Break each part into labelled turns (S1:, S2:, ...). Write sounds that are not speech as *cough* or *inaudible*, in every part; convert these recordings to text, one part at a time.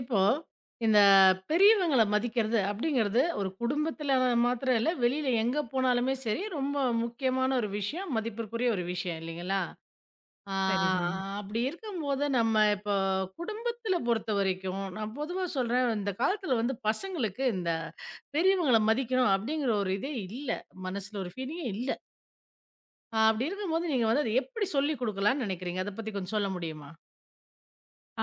S1: இப்போ, இந்த பெரியவங்கள மதிக்கிறது அப்படிங்கிறது, ஒரு குடும்பத்தில மாத்திரம் இல்ல, வெளியில எங்க போனாலுமே சரி, ரொம்ப முக்கியமான ஒரு விஷயம். மதிப்பிற்குரிய ஒரு விஷயம் இல்லைங்களா? ஆ.
S2: சரிதாங்க.
S1: அப்படி இருக்கும்போது, நம்ம இப்போ குடும்பத்தில பொறுத்தவரைக்கும், நான் பொதுவா சொல்றேன், இந்த காலத்தில வந்து பசங்களுக்கு இந்த பெரியவங்கள மதிக்கணும் அப்படிங்கிற ஒரு இதே இல்ல. மனசுல ஒரு ஃபீலிங்கே இல்ல. அப்படி இருக்கும்போது, நீங்க வந்து அத எப்படி சொல்லிக் குடுக்கலாம்ன்னு நெனைக்கிறீங்க? அத பத்தி கொஞ்சம் சொல்ல முடியுமா?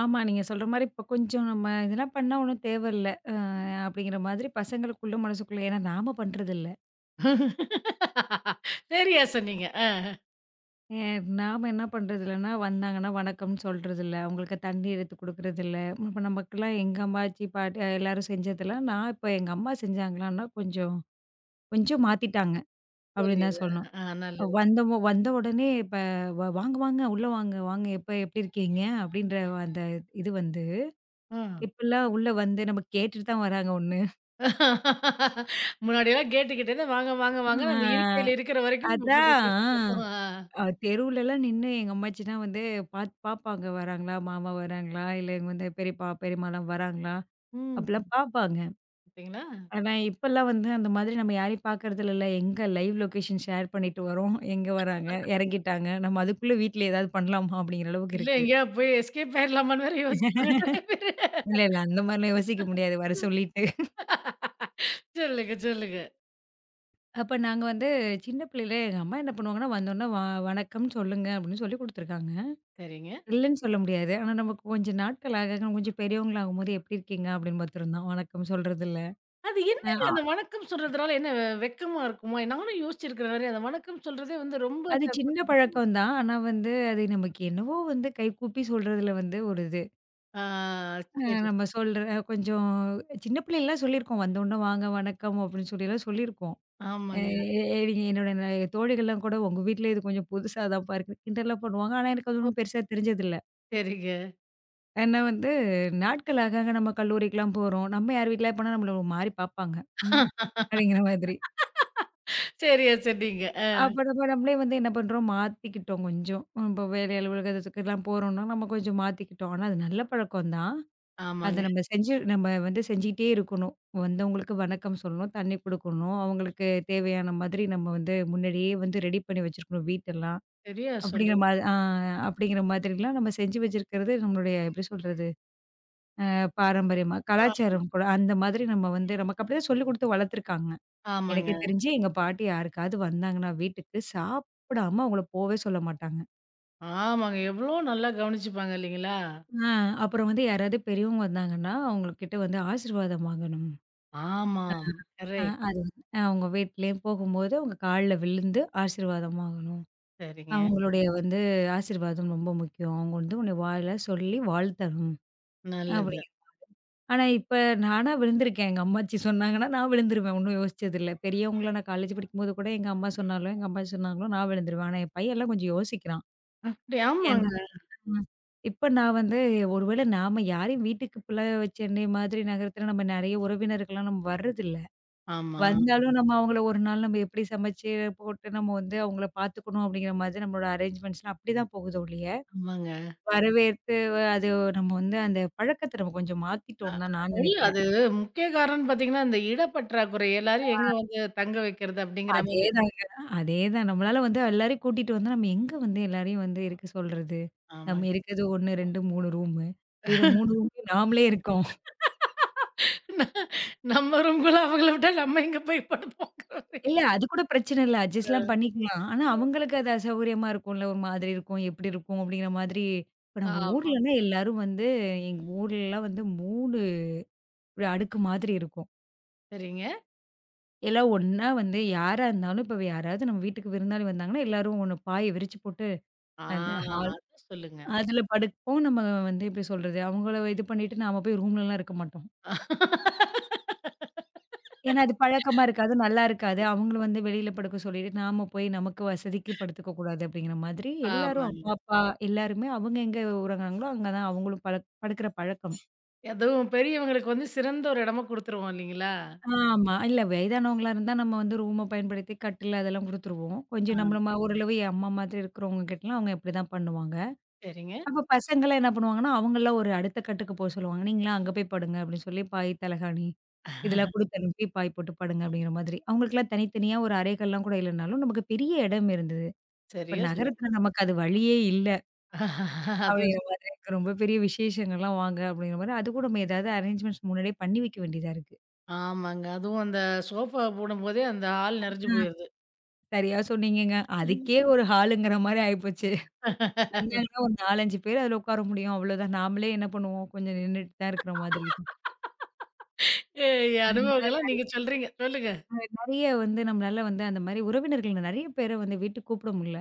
S2: ஆமா, நீங்க சொல்ற மாரி இப்ப கொஞ்சம் நம்ம இதெல்லாம் பண்ணா ஒண்ணும் தேவையில்ல. அப்படிங்கிற மாதிரி பசங்களுக்குள்ள மனசுக்குள்ள ஏன்னா நாம பண்றதில்ல.
S1: *laughs* சரியா சொன்னீங்க.
S2: ஏ நாம என்ன பண்றதில்லன்னா, வந்தாங்கன்னா வணக்கம்னு சொல்றதில்ல. அவங்களுக்கு தண்ணி எடுத்து குடுக்குறதில்ல. இப்ப நமக்கெல்லாம் எங்க அம்மாச்சி, பாட்டி எல்லாரும் செஞ்சதெல்லாம் நான் இப்ப எங்க அம்மா செஞ்சாங்களான்னா, கொஞ்சம் கொஞ்சம் மாத்திட்டாங்க அப்படின்னு தான்
S1: புரியுது.
S2: சொல்லணும்.
S1: ஆ, நல்லது.
S2: வந்தமோ வந்த உடனே இப்ப வாங்க வாங்க, உள்ள வாங்க வாங்க எப்படி இருக்கீங்க?" அப்படின்ற அந்த இது வந்து
S1: ஆ.
S2: இப்பல்லாம் உள்ள வந்து நம்ம கேட்டுட்டு தான் வராங்க ஒண்ணு.
S1: முன்னாடிலாம் கேட்டு கிட்ட இருந்து வாங்க, வாங்க, வாங்கன்னு அந்த
S2: ஆ
S1: இருக்கையில இருக்கிற வரைக்கும் கூட்டிட்டே
S2: அதான்.
S1: போவோம். ஆ.
S2: தெருவுலலாம் நின்னு எங்க அம்மாச்சினா வந்து பாப்பாங்க வராங்களா? மாமா வராங்களா? இல்ல இவங்க வந்து பெரியப்பா, பெரியம்மாலாம் வராங்களா?
S1: ம்.
S2: அப்படிலாம் பாப்பாங்க.
S1: பார்த்தீங்களா?
S2: ஆனா இப்பலாம் வந்து அந்த மாதிரி நம்ம யாரையும் பாக்கறது இல்லல. எங்க லைவ் லொகேஷன் ஷேர் பண்ணிட்டு வரோம். எங்க வராங்க? எறங்கிட்டாங்க. நம்ம அதுக்குள்ள வீட்ல ஏதாவது பண்ணலாமா? அப்படிங்கிற அளவுக்கு
S1: இல்ல
S2: இருக்கு.
S1: எங்கேயாவது போய் எஸ்கேப் ஆயிரலாமான்னு வேற யோசிப்பாங்க நெறைய பேரு.
S2: இல்ல, இல்ல அந்த மாரிலாம் யோசிக்க முடியாது வர சொல்லிட்டு.
S1: சொல்லுங்க, சொல்லுங்க.
S2: அப்ப நாங்க வந்து சின்ன பிள்ளையில எங்க அம்மா என்ன பண்ணுவாங்கன்னா, வந்தோனே வணக்கம் சொல்லுங்க அப்படின்னு சொல்லி குடுத்துருக்காங்க.
S1: சரிங்க.
S2: இல்லன்னு சொல்ல முடியாது. ஆனா நமக்கு கொஞ்சம் நாட்கள் ஆக, ஆக கொஞ்சம் பெரியவங்களாகும்போது "எப்படி இருக்கீங்க?" அப்படின்னு மாத்திரம் தான் வணக்கம் சொல்றதில்ல.
S1: அது
S2: அ
S1: என்னங்க
S2: அ
S1: அந்த வணக்கம் சொல்றதுனால என்ன வெட்கமா இருக்குமா? நானும் யோசிச்சிருக்கிறேன் நெறைய. அந்த வணக்கம் சொல்றதே வந்து ரொம்ப
S2: அது
S1: தப்பா.
S2: சின்ன பழக்கம் தான். ஆனா வந்து அது நமக்கு என்னவோ வந்து கைக்கூப்பி சொல்றதுல வந்து ஒரு இது.
S1: ஆ,
S2: அ
S1: சரி.
S2: நம்ம சொல்ற கொஞ்சம் சின்ன பிள்ளைலலாம் சொல்லியிருக்கோம். வந்தோனே "வாங்க, வணக்கம்" அப்படின்னு சொல்லிலாம் சொல்லியிருக்கோம்.
S1: ஆமாங்க.
S2: நீங்க என்னோட தோழிகள்லாம் கூட "உங்க வீட்ல இது கொஞ்சம் புதுசா தான்ப்பா இருக்கு" கிண்டல்லாம் பண்ணுவாங்க. ஆனா எனக்கு அது ஒண்ணும் பெருசா தெரிஞ்சதில்ல.
S1: சரிங்க.
S2: ஏன்னா வந்து நாட்கள் ஆக, ஆக நம்ம கல்லூரிக்குலாம் போறோம். நம்ம யார் வீட்லயா போனா நம்மள ஒரு மாரி பார்ப்பாங்க. ம். அப்படிங்கிற மாதிரி.
S1: சரியா சொன்னீங்க.
S2: அப்ப நம்ம நம்மளே வந்து என்ன பண்றோம், மாத்திக்கிட்டோம் கொஞ்சம். இப்போ வேலை அலுவலகத்துக்குலாம் போறோம்னா, நம்ம கொஞ்சம் மாத்திக்கிட்டோம். ஆனா அது நல்ல பழக்கம் தான். அத
S1: ஆமாங்க.
S2: நம்ம செஞ்சு நம்ம வந்து செஞ்சுகிட்டே இருக்கணும். வந்தவங்களுக்கு வணக்கம் சொல்லணும், தண்ணி குடுக்கணும், அவங்களுக்கு தேவையான மாதிரி நம்ம வந்து முன்னாடியே வந்து ரெடி பண்ணி வச்சிருக்கணும் வீட்டெல்லாம்.
S1: சரியா
S2: அப்படிங்கிற
S1: சொல்றீங்க.
S2: மாதிரி அப்படிங்கிற மாதிரிலாம் நம்ம செஞ்சு வச்சிருக்கிறது நம்மளுடைய எப்படி சொல்றது? பாரம்பரியமா, கலாச்சாரம் கூட அந்த மாதிரி நம்ம வந்து நமக்கு அப்படிதான் சொல்லிக் குடுத்து வளர்த்துருக்காங்க. எனக்கு
S1: ஆமாங்க.
S2: தெரிஞ்சு எங்க பாட்டி யாருக்காவது வந்தாங்கன்னா வீட்டுக்கு, சாப்பிடாம அவங்கள போவே சொல்ல மாட்டாங்க.
S1: ஆமாங்க. எவ்ளோ நல்லா கவனிச்சுப்பாங்க இல்லைங்களா?
S2: ஆ அப்புறம் வந்து யாராவது பெரியவங்க வந்தாங்கன்னா, அவங்ககிட்ட வந்து ஆசீர்வாதம் வாங்கணும்.
S1: ஆமாம்.
S2: அ
S1: கரெக்ட்.
S2: அது வந்து அவங்க வீட்லயும் போகும்போது அவங்க கால்ல விழுந்து ஆசீர்வாதம் வாங்கணும்.
S1: சரிங்க.
S2: அவங்களுடைய வந்து ஆசீர்வாதம் ரொம்ப முக்கியம். அவங்க வந்து உன்னை வாயில சொல்லி வாழ்த்தணும். அப்படி
S1: நல்லது.
S2: ஆனா, இப்ப நானா விழுந்திருக்கேன். எங்க அம்மாச்சி சொன்னாங்கன்னா, நான் விழுந்துருவேன். ஒண்ணும் யோசிச்சதில்ல. பெரியவங்கள நான் காலேஜ் படிக்கும்போது கூட எங்க அம்மா சொன்னாலும், எங்க அம்மாச்சி சொன்னாங்களோ நான் விழுந்துருவேன். ஆனா, என் பையன்லாம் கொஞ்சம் யோசிக்கிறான்.
S1: அப்படி
S2: ஏன்னா
S1: ஆமாங்க.
S2: இப்ப நான் வந்து ஒருவேளை நாம யாரையும் வீட்டுக்கு பிழ வச்சு என்னைய மாதிரி நகரத்துல நம்ம நெறைய உறவினர்கள்லாம் நம்ம வர்றதில்ல.
S1: ஆமா,
S2: வந்தாலும் நம்ம அவங்கள ஒரு நாள் நம்ம எப்படி சமைச்சு போட்டு நம்ம வந்து அவங்கள பார்த்துக்கணும் அப்படிங்கிற மாதிரி நம்மளோட அரேஞ்ச்மெண்ட்ஸ்லாம் அப்படிதான் போகுதோ ஒழிய,
S1: ஆமாங்க.
S2: வரவேற்று அது நம்ம வந்து அந்த பழக்கத்த நம்ம கொஞ்சம்
S1: அ
S2: மாத்திட்டோம்னு தான் நான்
S1: அதோட
S2: நெனைக்கிறேன்.
S1: அது முக்கிய காரணம்னு பார்த்தீங்கன்னா, இந்த இடப்பற்றாக்குறை எல்லாரையும் எங்க வந்து தங்க வைக்கிறது அப்படிங்கிற மாரி.
S2: அதேதாங்க. அதேதான். நம்மளால வந்து எல்லாரையும் கூட்டிட்டு வந்தா, நம்ம எங்க வந்து எல்லாரையும் வந்து இருக்க சொல்றது? நம்ம
S1: ஆமாங்க.
S2: இருக்கிறது 1, 2, 3 ரூமு. இதுல 3 ரூம்லயும் நாமளே இருக்கோம்.
S1: ந நம்ம ரூம்குள்ள அவங்கள விட்டா நம்ம எங்க போய் படுப்போங்கிற மாரி.
S2: இல்ல அது கூட பிரச்சனை இல்ல. அட்ஜஸ்ட்லாம் பண்ணிக்கலாம். ஆனா, அவங்களுக்கு அது அசௌகரியமா இருக்கும்ல. ஒரு மாதிரி இருக்கும். எப்படி இருக்கும்? அப்படிங்கிற மாதிரி இப்ப நம்ம
S1: ஆமா.
S2: ஊர்லன்னா எல்லாரும் வந்து எங்க ஊர்லலாம் வந்து 3 அடுக்கு மாதிரி இருக்கும்.
S1: சரிங்க.
S2: எல்லாம் ஒண்ணா வந்து யாரா இருந்தாலும் இப்ப யாராவது நம்ம வீட்டுக்கு விருந்தாளி வந்தாங்கன்னா, எல்லாரும் ஒண்ணு பாய விரிச்சு போட்டு
S1: ஆ,
S2: அந்த ஹா
S1: அத சொல்லுங்க.
S2: அதுல படுப்போம். நம்ம வந்து எப்படி சொல்றது? அவங்கள இது பண்ணிட்டு நாம போய் ரூம்லலாம் இருக்க மாட்டோம். ஏன்னா அது பழக்கமா இருக்காது, நல்லா இருக்காது. அவங்கள வந்து வெளியில படுக்க சொல்லிட்டு, நாம போய் நமக்கு வசதிக்கு படுத்துக்க கூடாது அப்படிங்கிற மாதிரி எல்லாரும் அம்மா,
S1: ஆமாங்க.
S2: அப்பா எல்லாருமே அவங்க எங்க உறங்குறாங்களோ, அங்க தான் அவங்களும் படுக்கிற பழக்கம்.
S1: அதுவும் பெரியவங்களுக்கு வந்து சிறந்த ஒரு இடமா குடுத்துருவோம் இல்லைங்களா?
S2: ஆமா. இல்ல வயதானவங்களா இருந்தா நம்ம வந்து ரூம பயன்படுத்தி கட்டில் அதெல்லாம் குடுத்துருவோம்.
S1: ஆ.
S2: கொஞ்சம் நம்மள ஓரளவு என் அம்மா மாதிரி இருக்கிறவங்க கிட்டலாம் அவங்க இப்படிதான் பண்ணுவாங்க.
S1: சரிங்க.
S2: அப்ப பசங்கலாம் என்ன பண்ணுவாங்கன்னா, அவங்கலாம் ஒரு அடுத்த கட்டுக்கு போ சொல்லுவாங்க. நீங்கலாம் அங்க போய் படுங்க அப்படின்னு சொல்லி, பாய், தலகாணி இதெல்லாம் குடுத்து அனுப்பி பாய் போட்டு படுங்க அப்படிங்கிற மாதிரி. அவங்களுக்கெல்லாம் தனித்தனியா ஒரு அறைகள்லாம் கூட இல்லனாலும், நமக்கு பெரிய இடம் இருந்தது. இப்ப
S1: சரியா சொன்னீங்க.
S2: நகரத்துல நமக்கு அது வழியே இல்ல
S1: அது
S2: அப்படிங்கிற மாதிரி இருக்கு. ரொம்ப பெரிய விசேஷங்கள்லாம் வாங்க அப்படிங்கிற மாரி, அதுக்கும் நம்ம ஏதாவது அரேஞ்ச்மெண்ட்ஸ் முன்னாடியே பண்ணி வைக்க வேண்டியதா இருக்கு.
S1: ஆமாங்க. அதுவும் அந்த சோஃபா போடும்போதே அந்த ஹால் நெறஞ்சு போயிருது.
S2: சரியா சொன்னீங்கங்க. அதுக்கே ஒரு ஹாலுங்கிற மாரி ஆயிப்போச்சு. வந்தாங்கன்னா ஒரு 4, 5 பேர் அதுல உட்கார முடியும். அவ்வளோதான். நாமளே என்ன பண்ணுவோம், கொஞ்சம் நின்னுட்டு தான் இருக்கிற மாதிரி
S1: ஏய்,
S2: இருக்கும்.
S1: அனுபவங்கள்லாம் நீங்க சொல்றீங்க. சொல்லுங்க.
S2: நெறைய வந்து நம்மளால வந்து அந்த மாரி உறவினர்கள் நெறைய பேர வந்து வீட்டுக்கு கூப்பிட முடியல.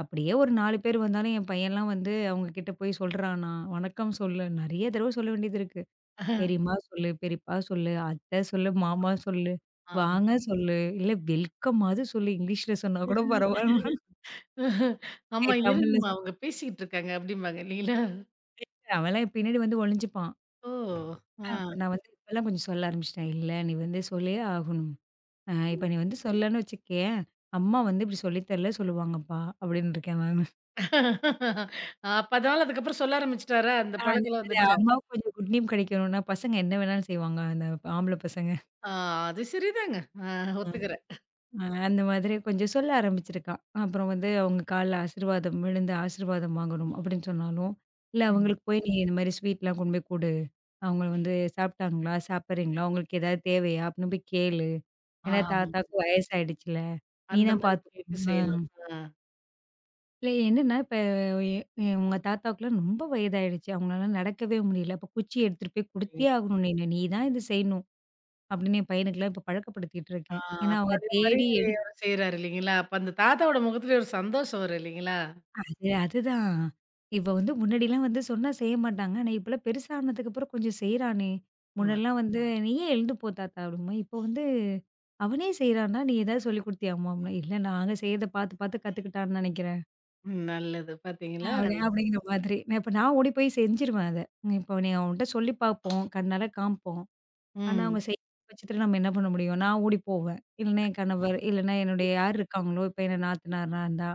S2: அப்படியே ஒரு 4 பேர் வந்தாலும் என் பையன்லாம் வந்து அவங்க கிட்ட போய் சொல்றானா, வணக்கம் சொல்லு, நெறைய தடவ சொல்ல வேண்டியது இருக்கு. பெரியம்மா சொல்லு, பெரியப்பா சொல்லு, அத்தை சொல்லு, மாமா சொல்லு,
S1: ஆமா.
S2: வாங்க சொல்லு, இல்ல வெல்கம்மாவது சொல்லு இங்கிலீஷ்ல சொன்னா கூட பரவாயில்ல.
S1: ஆமா,
S2: ஏய் தமிழ்ல
S1: இருங்கம்மா
S2: சொல்லு
S1: அவங்க பேசிக்கிட்டு இருக்காங்க அப்படிம்பாங்க இல்லைங்களா?
S2: அவன்லாம் என் பின்னாடி வந்து ஒளிஞ்சுப்பான்.
S1: ஓ! ஆ.
S2: அப்ப நான் வந்து இப்பலாம் கொஞ்சம் சொல்ல ஆரம்பிச்சுட்டேன். இல்ல நீ வந்து சொல்லியே ஆகணும். இப்ப நீ வந்து சொல்லன்னு வச்சுக்கயேன், அம்மா வந்து இப்படி சொல்லி தரல சொல்லுவாங்கப்பா அப்படின்னு இருக்கேன் நான்.
S1: அப்ப அதனால அதுக்கப்புறம் சொல்ல ஆரம்பிச்சுட்டாரா? அந்த
S2: அது
S1: பழக்கம்லாம்
S2: அது
S1: வந்துருச்சா?
S2: அம்மாவுக்கு கொஞ்சம் குட் நேம் கிடைக்கணும்னா, பசங்க என்ன வேணாலும் செய்வாங்க. அந்த ஆம்பள பசங்க.
S1: ஆ, அது சரிதாங்க. ஆ,
S2: அ.
S1: ஒத்துக்கிறேன்.
S2: அ அந்த மாதிரி கொஞ்சம் சொல்ல ஆரம்பிச்சிருக்கான். அப்புறம் வந்து அவங்க கால்ல ஆசீர்வாதம் விழுந்து ஆசீர்வாதம் வாங்கணும் அப்படின்னு சொன்னாலும், இல்ல
S1: ம்.
S2: அவங்களுக்கு போய் நீ இந்த மாரி ஸ்வீட்லாம் கொண்டு போய் குடு. அவங்க வந்து சாப்பிட்டாங்களா? சாப்பிடுறீங்களா? உங்களுக்கு ஏதாவது தேவையா? அப்படின்னு போய் கேளு. ஏன்னா
S1: ஆமா.
S2: தாத்தாவுக்கு வயசாயிடுச்சுல. நீ
S1: அந்த
S2: தான்
S1: மாரி கேட்டு
S2: பார்த்துக்கணும்.
S1: செய்யணும்.
S2: இல்ல என்னன்னா, இப்ப எ எ உங்க தாத்தாவுக்குலாம் ரொம்ப வயதாயிடுச்சு. அவங்களால நடக்கவே முடியல. அப்ப குச்சி எடுத்துட்டு போய்
S1: ஆ.
S2: குடுத்தே ஆகணும் நீனு. நீ தான் இது செய்யணும். அப்படின்னு என் பையனுக்குலாம் இப்ப பழக்கப்படுத்திட்டு
S1: ஆ,
S2: இருக்கேன். ஏன்னா
S1: அப்ப
S2: அவங்க
S1: அதே மாரி
S2: தேடி எடுத்து
S1: அவரு செய்றாரு இல்லைங்களா? அப்ப அந்த தாத்தாவோட முகத்தில ஒரு சந்தோஷம் வரும் இல்லைங்களா?
S2: அது அதுதான். இப்ப வந்து முன்னாடிலாம் வந்து சொன்னா செய்ய மாட்டாங்க. ஆனா இப்பலாம் பெருசானதுக்கப்புறம் கொஞ்சம் செய்றானே.
S1: ஆமா.
S2: முன்னலாம் வந்து நீயே எழுந்து போ தாத்தா அப்படிம்போம். இப்போ வந்து அவனே செய்றான்னா, நீ ஏதாவது சொல்லிக் குடுத்தியாமா? அப்படின்னா, இல்ல நாங்க செய்றத பார்த்து பார்த்து கத்துக்கிட்டான்னு நெனைக்கிறேன்.
S1: ம், நல்லது. பார்த்தீங்களா?
S2: அப்படிங்கிற மாதிரி. நான் இப்ப நான் ஓடி போய் செஞ்சுருவேன் அத. இப்போ நீ அவன்ட்ட சொல்லி பார்ப்போம். கண்ணால காமிப்போம். ஆனா
S1: ம்.
S2: அவங்க செய்யாத பட்சத்துல நம்ம என்ன பண்ண முடியும்? நான் ஓடி போவேன். இல்லன்னா என் கணவர், இல்லன்னா என்னுடைய யார் இருக்காங்களோ, இப்ப என் நாத்தனார்லாம் இருந்தா,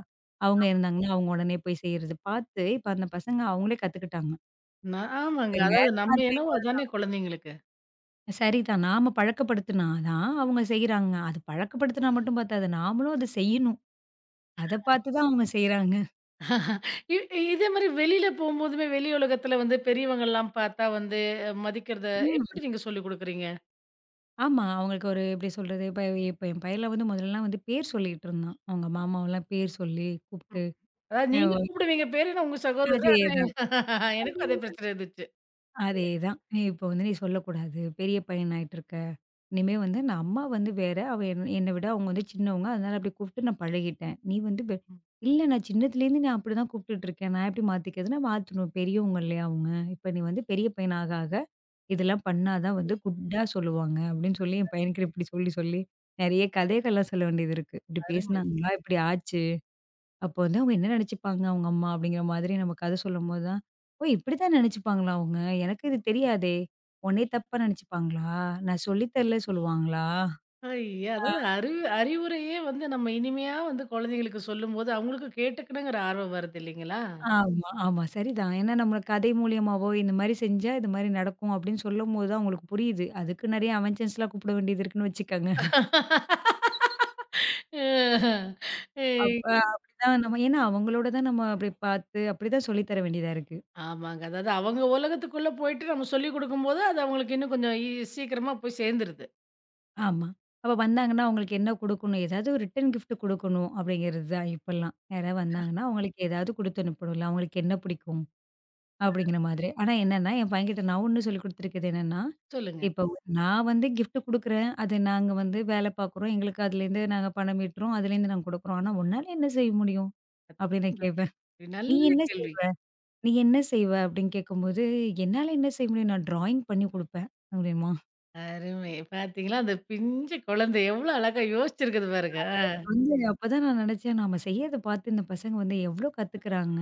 S2: அவங்க இருந்தாங்கன்னா, அவங்க உடனே போய் செய்றது. பார்த்து இப்ப அந்த பசங்க அவங்களே கத்துக்கிட்டாங்க.
S1: நான் ஆமாங்க.
S2: இப்ப
S1: அதாவது
S2: நேரமா
S1: நம்ம என்னவோ அதானே குழந்தைங்களுக்கு.
S2: சரிதான். நாம பழக்கப்படுத்துனா தான் அவங்க செய்றாங்க. அது பழக்கப்படுத்துனா மட்டும் பத்தாது. நாமளும் அத செய்யணும். அத பார்த்து தான் அவங்க செய்றாங்க.
S1: இ இதே மாரி வெளியில போம்போதுமே வெளி உலகத்தில வந்து பெரியவங்கலாம் பார்த்தா வந்து மதிக்கிறத எப்படி நீங்க சொல்லிக் குடுக்குறீங்க?
S2: ஆமா. அவங்களுக்கு ஒரு எப்படி சொல்றது? இப்ப இப்ப என் பையன்லாம் வந்து முதல்லலாம் வந்து பேர் சொல்லிட்டு இருந்தான். அவங்க மாமாவெல்லாம் பேர் சொல்லி கூப்ட்டு
S1: அதாவது
S2: அ
S1: நீங்க
S2: ஒ
S1: கூப்பிடுவீங்க பேரு, நான் உங்க சகோதரர். ஆனா
S2: அதேதான்,
S1: எனக்கும் அதே
S2: அதேதான்,
S1: பிரச்சனை இருந்துச்சு.
S2: அதேதான். "நீ இப்போ வந்து நீ சொல்லக்கூடாது. பெரிய பையன் ஆயிட்டுருக்க. இனிமே வந்து நான் அம்மா வந்து வேற. அவ என்ன என்ன விட அவங்க வந்து சின்னவங்க. அதனால அப்படி கூப்ட்டு நான் பழகிட்டேன். நீ வந்து
S1: ம்.
S2: இல்ல நான் சின்னதுலேருந்து நான் அப்படிதான் கூப்ட்டுட்டு இருக்கேன். நான் எப்படி மாத்திக்கிறதுன்னா மாத்தணும். பெரியவங்க இல்லையா அவங்க? இப்ப நீ வந்து பெரிய பையன் ஆக ஆக இதெல்லாம் பண்ணா தான் வந்து குட்டா சொல்லுவாங்க அப்படின்னு சொல்லி என் பையனுக்கு இப்படி சொல்லி சொல்லி நெறைய கதைகள்லாம் சொல்ல வேண்டியது இருக்கு. இப்படி
S1: அருமை.
S2: பேசினாங்களா? இப்படி ஆச்சு. அப்போ வந்து அவங்க என்ன நெனைச்சுப்பாங்க அவங்க அம்மா? அப்படிங்கிற மாதிரி நம்ம கதை சொல்லும்போது தான், ஓ! இப்படித்தான் நெனைச்சுப்பாங்களா அவங்க? எனக்கு இது தெரியாதே! உன்னைய தப்பா நெனைச்சுப்பாங்களா? நான் சொல்லி தரல சொல்லுவாங்களா?
S1: ஐய! அதாவது
S2: ஆ.
S1: அறிவுரையே வந்து நம்ம இனிமையா வந்து குழந்தைங்களுக்கு சொல்லும்போது, அவங்களுக்கும் கேட்டுக்கணுங்கிற ஆர்வம் வருது இல்லைங்களா?
S2: ஆமா, ஆமா. சரிதான். ஏன்னா நம்ம கதை மூலியமாவோ இந்த மாரி செஞ்சா இது மாரி நடக்கும் அப்படின்னு சொல்லும்போது தான் அவங்களுக்கு புரியுது. அதுக்கு நெறைய அவென்ஜன்ஸ்லாம் கூப்பிட வேண்டியது இருக்குன்னு வச்சுக்கங்க.
S1: *laughs* அஹ் ஏய்,
S2: அப்ப அப்படிதான் நம்ம ஏன்னா அவங்களோட தான் நம்ம அப்படி பார்த்து அப்படிதான் சொல்லி தர வேண்டியதா இருக்கு.
S1: ஆமாங்க. அதாவது அவங்க உலகத்துக்குள்ள போயிட்டு நம்ம சொல்லிக் குடுக்கும்போது, அது அவங்களுக்கு இன்னும் கொஞ்சம் சீக்கிரமா போய் சேர்ந்துருது.
S2: ஆமா. அப்ப வந்தாங்கன்னா அவங்களுக்கு என்ன குடுக்கணும்? ஏதாவது ஒரு ரிட்டர்ன் கிஃப்ட் குடுக்கணும் அப்படிங்கிறது தான் இப்பல்லாம். யாராவது வந்தாங்கன்னா, அவங்களுக்கு ஏதாவது குடுத்து அனுப்பணும்ல. அவங்களுக்கு என்ன பிடிக்கும்? அப்படிங்கிற மாதிரி. ஆனா என்னன்னா, என் பையன்கிட்ட நான் ஒண்ணு சொல்லிக் குடுத்துருக்குது என்னன்னா,
S1: சொல்லுங்க.
S2: இப்ப நான் வந்து கிஃப்ட் குடுக்குறேன். அது நாங்க வந்து வேலை பார்க்குறோம். எங்களுக்கு அதுலேருந்து நாங்க பணம் ஈட்டுறோம். அதுலேருந்து நாங்க குடுக்குறோம். ஆனா உன்னால என்ன செய்ய முடியும்? அப்படின்னு நான் கேட்பேன்.
S1: நன்றி.
S2: நீ
S1: நல்ல
S2: என்ன
S1: கேள்வி.
S2: செய்வ? "நீ என்ன செய்வ?" அப்படின்னு கேட்கும்போது, "என்னால என்ன செய்ய முடியும்? நான் ட்ராயிங் பண்ணி குடுப்பேன்" அப்படின்பான்.
S1: அருமை! பார்த்தீங்களா? அந்த பிஞ்சு குழந்தை எவ்வளோ அழகா யோசிச்சிருக்குது பாருங்க.
S2: எனக்கு வந்து அப்பதான் நான் நெனச்சேன், நாம செய்யறத பார்த்து இந்த பசங்க வந்து எவ்ளோ கத்துக்குறாங்க,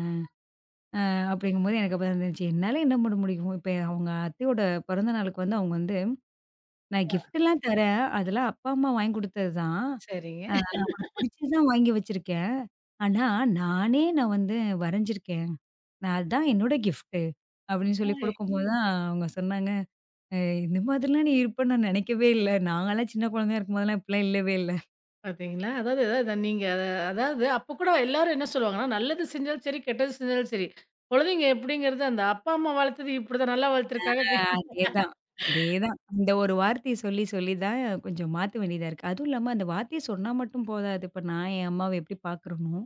S2: அப்படிங்கும்போது எனக்கு அப்பதான் தெரிஞ்சுச்சு, என்னால என்ன பண்ண முடியும்? இப்ப அவங்க அத்தையோட பிறந்த நாளுக்கு வந்து அவங்க வந்து நான் கிஃப்ட்லாம் தரேன். அதெல்லாம் அப்பா, அம்மா வாங்கி குடுத்தது தான்.
S1: சரிங்க.
S2: அ அவனுக்கு பிடிச்சது தான் வாங்கி வச்சிருக்கேன். ஆனா, நானே நான் வந்து வரைஞ்சிருக்கேன். நான் அதான் என்னோட கிஃப்ட்டு அப்படின்னு சொல்லி குடுக்கும்போது தான் அவங்க சொன்னாங்க. அ இந்த மாதிரிலாம் நீ இருப்பன்னு நான் நினைக்கவே இல்ல. நாங்கலாம் சின்ன குழந்தையா இருக்கும்போதெல்லாம் இப்படிலாம் இல்லவே இல்ல.
S1: பார்த்தீங்களா? அதாவது அதாவது நீங்க அத அதாவது அப்ப கூட எல்லாரும் என்ன சொல்லுவாங்கன்னா, நல்லது செஞ்சாலும் சரி, கெட்டது செஞ்சாலும் சரி, குழந்தைங்க எப்படிங்கிறது அந்த அப்பா, அம்மா வளர்த்தது இப்படிதான் நல்லா
S2: ஆ,
S1: வளர்த்துருக்காங்க.
S2: அதேதான். அதேதான். இந்த ஒரு வார்த்தைய சொல்லி சொல்லி தான் கொஞ்சம் மாத்த வேண்டியதா இருக்கு. அதுவும் இல்லாம அந்த வார்த்தைய சொன்னா மட்டும் போதாது. இப்ப நான் என் அம்மாவ எப்படி பார்க்குறனோ,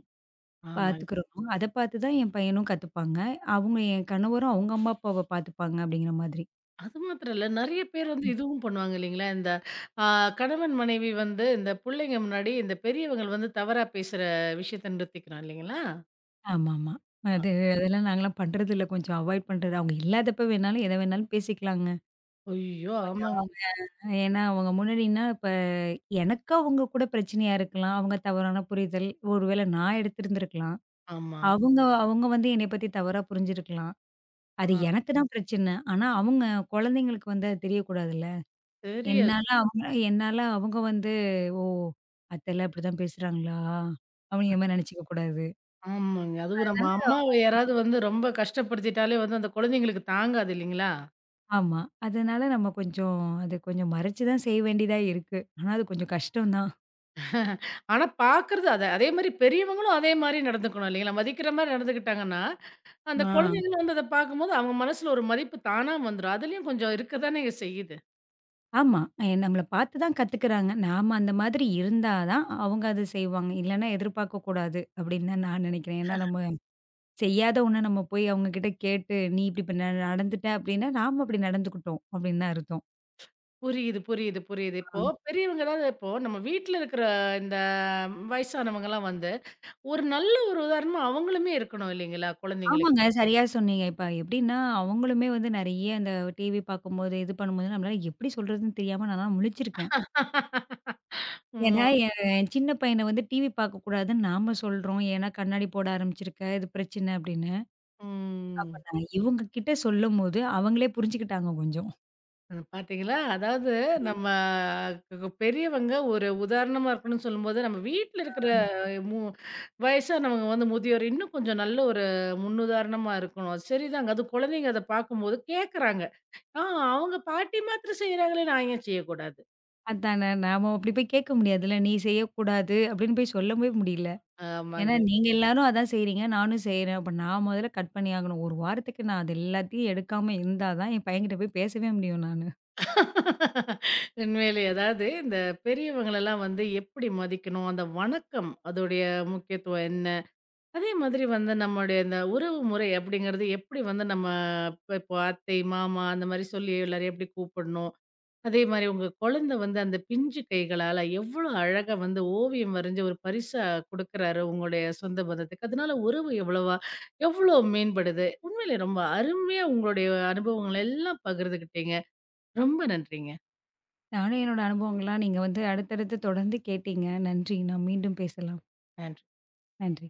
S1: ஆமாங்க.
S2: பார்த்துக்கிறனோ, அத பார்த்து தான் என் பையனும் கத்துப்பாங்க. அவங்க என் கணவரும் அவங்க அம்மா அப்பாவ பார்த்துப்பாங்க அப்படிங்கிற மாதிரி.
S1: அது மாத்திரம் இல்ல. நெறைய பேர் வந்து
S2: ம்.
S1: இதுவும் பண்ணுவாங்க இல்லைங்களா? இந்த ஆ கணவன், மனைவி வந்து இந்த புள்ளைங்க முன்னாடி இந்த பெரியவங்க வந்து தவறா பேசுற விஷயத்த நிறுத்திக்கிறோம் இல்லைங்களா?
S2: ஆமாமா.
S1: அ
S2: அது அதெல்லாம் நாங்கலாம் பண்றது இல்ல. கொஞ்சம் அவாய்ட் பண்றது. அவங்க இல்லாதப்ப வேணாலும் எத வேணாலும் பேசிக்கலாங்க.
S1: ஐயோ!
S2: கொஞ்சம்
S1: ஆமாங்க.
S2: ஏன்னா, அவங்க முன்னாடின்னா, இப்ப எனக்கு அவங்க கூட பிரச்சனையா இருக்கலாம். அவங்க தவறான புரிதல். ஒருவேள நான் எடுத்திருந்திருக்கலாம்.
S1: ஆமா.
S2: அவங்க அவங்க வந்து என்னைய பத்தி தவறா புரிஞ்சிருக்கலாம். அது
S1: ஆ,
S2: எனக்கு தான் பிரச்சனை. ஆனா, அவங்க குழந்தைங்களுக்கு வந்து அது தெரியக்கூடாதுல்ல.
S1: சரியா சொ
S2: என்னால அவங்க வந்து, "ஓ! அத்தைலாம் இப்படிதான் பேசுறாங்களா?" அப்படிங்கிற மாரி நெனச்சுக்க கூடாது.
S1: ஆமாங்க. அதுவும் நம்ம
S2: அதனால
S1: அம்மாவ யாராவது வந்து ரொம்ப கஷ்டப்படுத்திட்டாலே வந்து அந்த குழந்தைங்களுக்கு தாங்காது இல்லைங்களா?
S2: ஆமா. அதனால நம்ம கொஞ்சம் அது கொஞ்சம் மறைச்சு தான் செய்ய வேண்டியதா இருக்கு. ஆனா, அது கொஞ்சம் கஷ்டம் தான்.
S1: ஆனா பார்க்குறது அத அதே மாரி பெரியவங்களும் அதே மாரி நடந்துக்கணும் இல்லைங்களா? மதிக்கிற மாரி நடந்துக்கிட்டாங்கன்னா, அந்த
S2: ஆ.
S1: குழந்தைங்களும் வந்து அத பார்க்கும்போது, அவங்க மனசுல ஒரு மதிப்பு தானா வந்துரும். அதுலயும் கொஞ்சம் இருக்க தானேங்க செய்யுது.
S2: ஆமா. நம்மள பார்த்து தான் கத்துக்கிறாங்க. நாம அந்த மாதிரி இருந்தா தான் அவங்க அத செய்வாங்க. இல்லன்னா எதிர்பார்க்கக்கூடாது அப்படின்னு தான் நான் நினைக்கிறேன். ஏன்னா நம்ம செய்யாத ஒண்ண நம்ம போய் அவங்ககிட்ட கேட்டு, நீ இப்படி இப்ப நடந்துட்ட அப்படின்னா, நாம அப்படி நடந்துக்கிட்டோம் அப்படின்னு தான் அர்த்தம்.
S1: புரியுது, புரியுது, புரியுது.
S2: ஆ.
S1: இப்போ பெரியவங்க ஏதாவது இப்போ நம்ம வீட்ல இருக்கிற இந்த வயசானவங்கலாம் வந்து, ஒரு நல்ல ஒரு உதாரணமா அவங்களுமே இருக்கணும் இல்லைங்களா? குழந்தைங்களுக்கு.
S2: ஆமாங்க. சரியா சொன்னீங்க. இப்ப எப்படின்னா, அவங்களுமே வந்து நெறைய அந்த டிவி பார்க்கும்போது, இது பண்ணும்போது நம்மளால எப்படி சொல்றதுன்னு தெரியாம நான்லாம் முழிச்சிருக்கேன்.
S1: *laughs*
S2: ஏன்னா,
S1: ம்.
S2: என் என் சின்ன பையன வந்து டிவி பார்க்கக்கூடாதுன்னு நாம சொல்றோம். ஏன்னா கண்ணாடி போட ஆரம்பிச்சிருக்க, இது பிரச்சனை அப்படின்னு. அப்ப
S1: ம்.
S2: நான் இவங்க கிட்ட சொல்லும்போது, அவங்களே புரிஞ்சுக்கிட்டாங்க கொஞ்சம்.
S1: ம். பாத்தீங்களா? அதாவது
S2: ம்.
S1: நம்ம பெரியவங்க ஒரு உதாரணமா இருக்கணும்னு சொல்லும்போது, நம்ம வீட்ல இருக்கிற மு வயசானவங்க வந்து முதியோர் இன்னும் கொஞ்சம் நல்ல ஒரு முன்னுதாரணமா இருக்கணும். அது சரிதாங்க. அது குழந்தைங்க அத பார்க்கும்போது கேட்கறாங்க. ஆ, அவங்க பாட்டி மாத்திரம் செய்றாங்களே, நான் ஏன் செய்யக்கூடாது?
S2: அதானே நாம அப்படி போய் கேட்க முடியாதுல்ல. "நீ செய்யக்கூடாது" அப்படின்னு போய் சொல்லவே முடியல. ஏன்னா
S1: ஆமாங்க.
S2: நீங்க எல்லாரும் அதான் செய்றீங்க, நானும் செய்றேன். அப்ப நான் முதல்ல கட் பண்ணி ஆகணும். ஒரு வாரத்துக்கு நான் அது எல்லாத்தையும் எடுக்காம இருந்தா தான் என் பையன்கிட்ட போய் பேசவே முடியும் நானு.
S1: உண்மையிலேயே அதாவது இந்த பெரியவங்களெல்லாம் வந்து எப்படி மதிக்கணும்? அந்த வணக்கம் அதோடைய முக்கியத்துவம் என்ன? அதே மாதிரி வந்து நம்முடைய இந்த உறவு முறை அப்படிங்கிறது எப்படி வந்து நம்ம இப்போ அத்தை, மாமா அந்த மாரி சொல்லி எல்லாரையும் எப்படி கூப்பிடணும். அதே மாரி உங்க குழந்தை வந்து அந்த பிஞ்சு கைகளால எவ்வளோ அழகா வந்து ஓவியம் வரைஞ்சு ஒரு பரிசா குடுக்குறாரு உங்களுடைய சொந்த பந்தத்துக்கு. அதனால உறவு எவ்வளோ மேம்படுது. உண்மையிலே ரொம்ப அருமையா உங்களுடைய அனுபவங்கள் எல்லாம் பகிர்ந்துக்கிட்டீங்க. ரொம்ப நன்றிங்க.
S2: நானும் என்னோட அனுபவங்கள்லாம் நீங்க வந்து அடுத்தடுத்து தொடர்ந்து கேட்டீங்க. நன்றி. நான் மீண்டும் பேசலாம்.
S1: நன்றி.
S2: நன்றி.